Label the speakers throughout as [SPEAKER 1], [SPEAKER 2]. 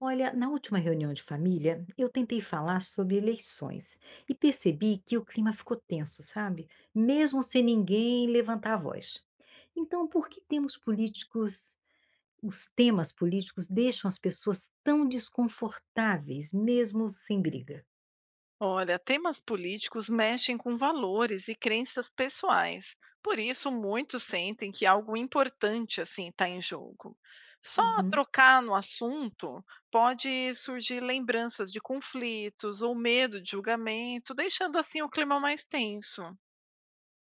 [SPEAKER 1] Olha, na última reunião de família, eu tentei falar sobre eleições e percebi que o clima ficou tenso, sabe? Mesmo sem ninguém levantar a voz. Então, por que temos os temas políticos deixam as pessoas tão desconfortáveis, mesmo sem briga?
[SPEAKER 2] Olha, temas políticos mexem com valores e crenças pessoais. Por isso, muitos sentem que algo importante assim está em jogo. Só
[SPEAKER 1] Uhum.
[SPEAKER 2] trocar no assunto pode surgir lembranças de conflitos ou medo de julgamento, deixando assim o clima mais tenso.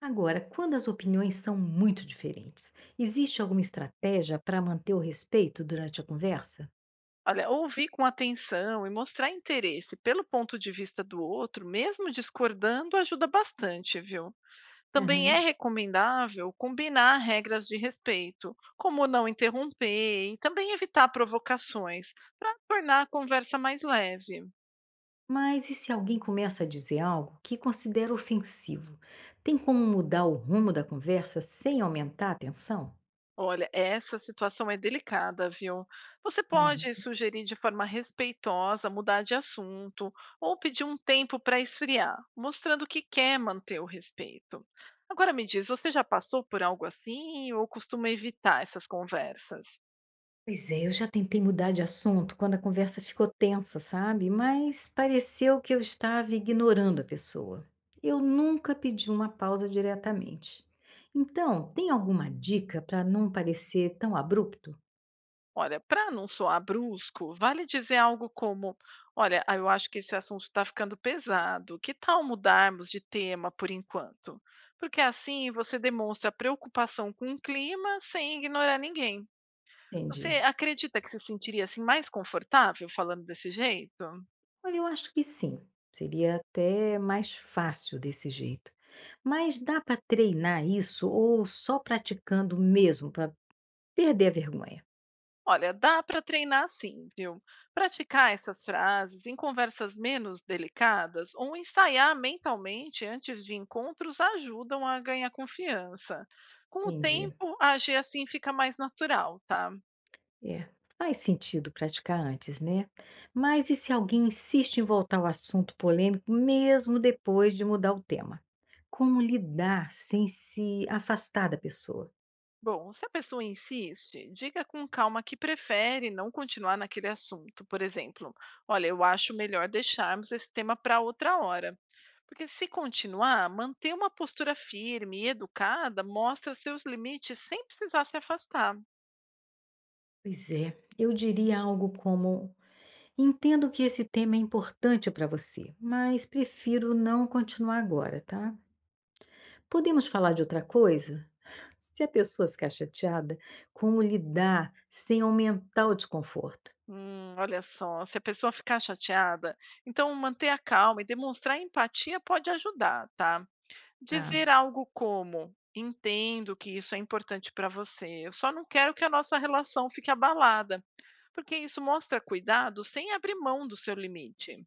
[SPEAKER 1] Agora, quando as opiniões são muito diferentes, existe alguma estratégia para manter o respeito durante a conversa?
[SPEAKER 2] Olha, ouvir com atenção e mostrar interesse pelo ponto de vista do outro, mesmo discordando, ajuda bastante, viu? Também é
[SPEAKER 1] Aham.
[SPEAKER 2] recomendável combinar regras de respeito, como não interromper e também evitar provocações, para tornar a conversa mais leve.
[SPEAKER 1] Mas e se alguém começa a dizer algo que considera ofensivo? Tem como mudar o rumo da conversa sem aumentar a tensão?
[SPEAKER 2] Olha, essa situação é delicada, viu? Você pode
[SPEAKER 1] Uhum.
[SPEAKER 2] sugerir de forma respeitosa mudar de assunto ou pedir um tempo para esfriar, mostrando que quer manter o respeito. Agora me diz, você já passou por algo assim ou costuma evitar essas conversas?
[SPEAKER 1] Pois é, eu já tentei mudar de assunto quando a conversa ficou tensa, sabe? Mas pareceu que eu estava ignorando a pessoa. Eu nunca pedi uma pausa diretamente. Então, tem alguma dica para não parecer tão abrupto?
[SPEAKER 2] Olha, para não soar brusco, vale dizer algo como: Olha, ah, eu acho que esse assunto está ficando pesado. Que tal mudarmos de tema por enquanto? Porque assim você demonstra preocupação com o clima sem ignorar ninguém. Você
[SPEAKER 1] Entendi.
[SPEAKER 2] acredita que se sentiria assim mais confortável falando desse jeito?
[SPEAKER 1] Olha, eu acho que sim. Seria até mais fácil desse jeito. Mas dá para treinar isso ou só praticando mesmo para perder a vergonha?
[SPEAKER 2] Olha, dá para treinar sim, viu? Praticar essas frases em conversas menos delicadas ou ensaiar mentalmente antes de encontros ajudam a ganhar confiança. Com o
[SPEAKER 1] Entendi.
[SPEAKER 2] tempo, agir assim fica mais natural, tá?
[SPEAKER 1] É. Faz sentido praticar antes, né? Mas e se alguém insiste em voltar ao assunto polêmico mesmo depois de mudar o tema? Como lidar sem se afastar da pessoa?
[SPEAKER 2] Bom, se a pessoa insiste, diga com calma que prefere não continuar naquele assunto. Por exemplo, olha, eu acho melhor deixarmos esse tema para outra hora. Porque se continuar, manter uma postura firme e educada mostra seus limites sem precisar se afastar.
[SPEAKER 1] Pois é, eu diria algo como: entendo que esse tema é importante para você, mas prefiro não continuar agora, tá? Podemos falar de outra coisa? Se a pessoa ficar chateada, como lidar sem aumentar o desconforto?
[SPEAKER 2] Olha só, se a pessoa ficar chateada, então manter a calma e demonstrar empatia pode ajudar, tá?
[SPEAKER 1] Ah,
[SPEAKER 2] Dizer algo como: "Entendo que isso é importante para você, eu só não quero que a nossa relação fique abalada", porque isso mostra cuidado sem abrir mão do seu limite.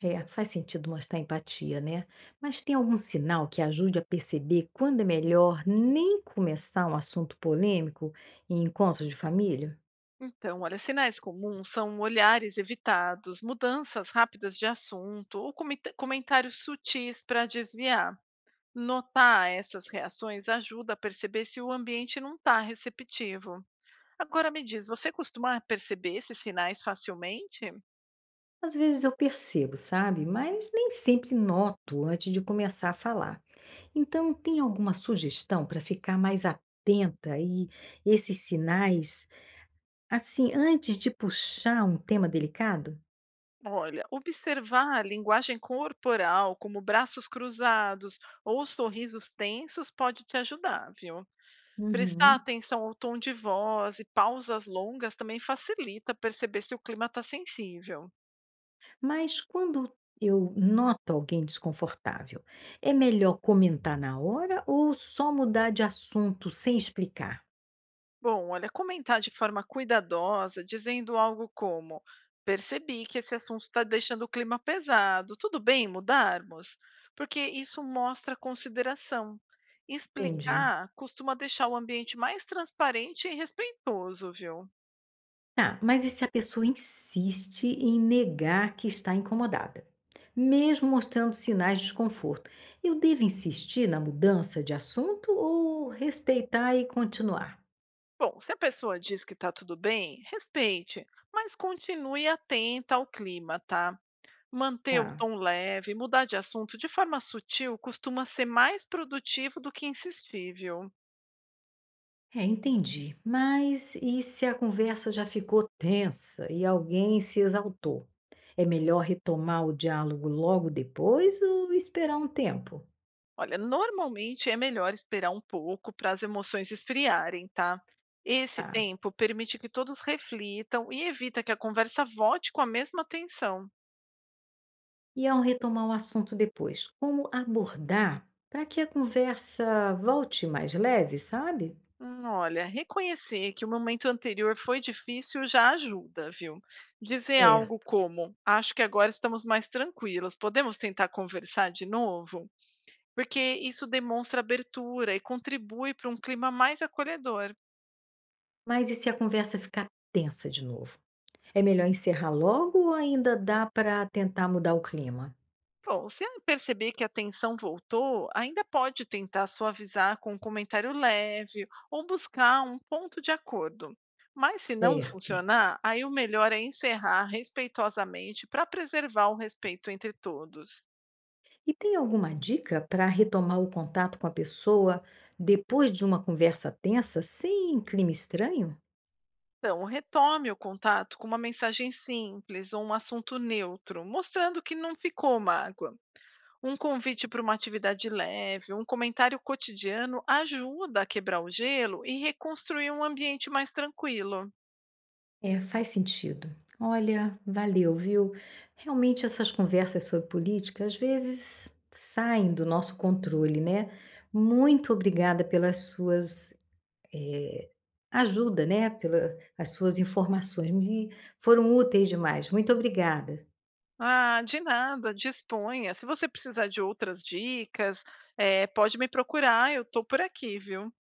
[SPEAKER 1] é, faz sentido mostrar empatia, né? Mas tem algum sinal que ajude a perceber quando é melhor nem começar um assunto polêmico em encontros de família?
[SPEAKER 2] Então, olha, sinais comuns são olhares evitados, mudanças rápidas de assunto ou comentários sutis para desviar. Notar essas reações ajuda a perceber se o ambiente não está receptivo. Agora me diz, você costuma perceber esses sinais facilmente?
[SPEAKER 1] Às vezes eu percebo, sabe? Mas nem sempre noto antes de começar a falar. Então, tem alguma sugestão para ficar mais atenta e esses sinais, assim, antes de puxar um tema delicado?
[SPEAKER 2] Olha, observar a linguagem corporal, como braços cruzados ou sorrisos tensos, pode te ajudar, viu? Prestar
[SPEAKER 1] Uhum.
[SPEAKER 2] atenção ao tom de voz e pausas longas também facilita perceber se o clima está sensível.
[SPEAKER 1] Mas quando eu noto alguém desconfortável, é melhor comentar na hora ou só mudar de assunto sem explicar?
[SPEAKER 2] Bom, olha, comentar de forma cuidadosa, dizendo algo como: percebi que esse assunto está deixando o clima pesado, tudo bem mudarmos? Porque isso mostra consideração.
[SPEAKER 1] Entendi.
[SPEAKER 2] Explicar costuma deixar o ambiente mais transparente e respeitoso, viu?
[SPEAKER 1] Tá, mas e se a pessoa insiste em negar que está incomodada, mesmo mostrando sinais de desconforto? Eu devo insistir na mudança de assunto ou respeitar e continuar?
[SPEAKER 2] Bom, se a pessoa diz que está tudo bem, respeite, mas continue atenta ao clima, tá? Manter o
[SPEAKER 1] Tá.
[SPEAKER 2] tom leve, mudar de assunto de forma sutil costuma ser mais produtivo do que insistir, viu?
[SPEAKER 1] É, entendi. Mas e se a conversa já ficou tensa e alguém se exaltou? É melhor retomar o diálogo logo depois ou esperar um tempo?
[SPEAKER 2] Olha, normalmente é melhor esperar um pouco para as emoções esfriarem, tá? Esse
[SPEAKER 1] Tá.
[SPEAKER 2] tempo permite que todos reflitam e evita que a conversa volte com a mesma tensão.
[SPEAKER 1] E ao retomar o assunto depois, como abordar para que a conversa volte mais leve, sabe?
[SPEAKER 2] Olha, reconhecer que o momento anterior foi difícil já ajuda, viu? Dizer algo
[SPEAKER 1] Certo.
[SPEAKER 2] como: Acho que agora estamos mais tranquilos, podemos tentar conversar de novo? Porque isso demonstra abertura e contribui para um clima mais acolhedor.
[SPEAKER 1] Mas e se a conversa ficar tensa de novo? É melhor encerrar logo ou ainda dá para tentar mudar o clima?
[SPEAKER 2] Bom, se ela perceber que a tensão voltou, ainda pode tentar suavizar com um comentário leve ou buscar um ponto de acordo. Mas se não
[SPEAKER 1] Certo.
[SPEAKER 2] funcionar, aí o melhor é encerrar respeitosamente para preservar o respeito entre todos.
[SPEAKER 1] E tem alguma dica para retomar o contato com a pessoa depois de uma conversa tensa, sem clima estranho?
[SPEAKER 2] Então, retome o contato com uma mensagem simples ou um assunto neutro, mostrando que não ficou mágoa. Um convite para uma atividade leve, um comentário cotidiano ajuda a quebrar o gelo e reconstruir um ambiente mais tranquilo.
[SPEAKER 1] É, faz sentido. Olha, valeu, viu? Realmente essas conversas sobre política às vezes saem do nosso controle, né? Muito obrigada pelas suas eh, ajuda, né? Pelas suas informações, me foram úteis demais. Muito obrigada.
[SPEAKER 2] Ah, de nada, disponha. Se você precisar de outras dicas, pode me procurar, eu estou por aqui, viu.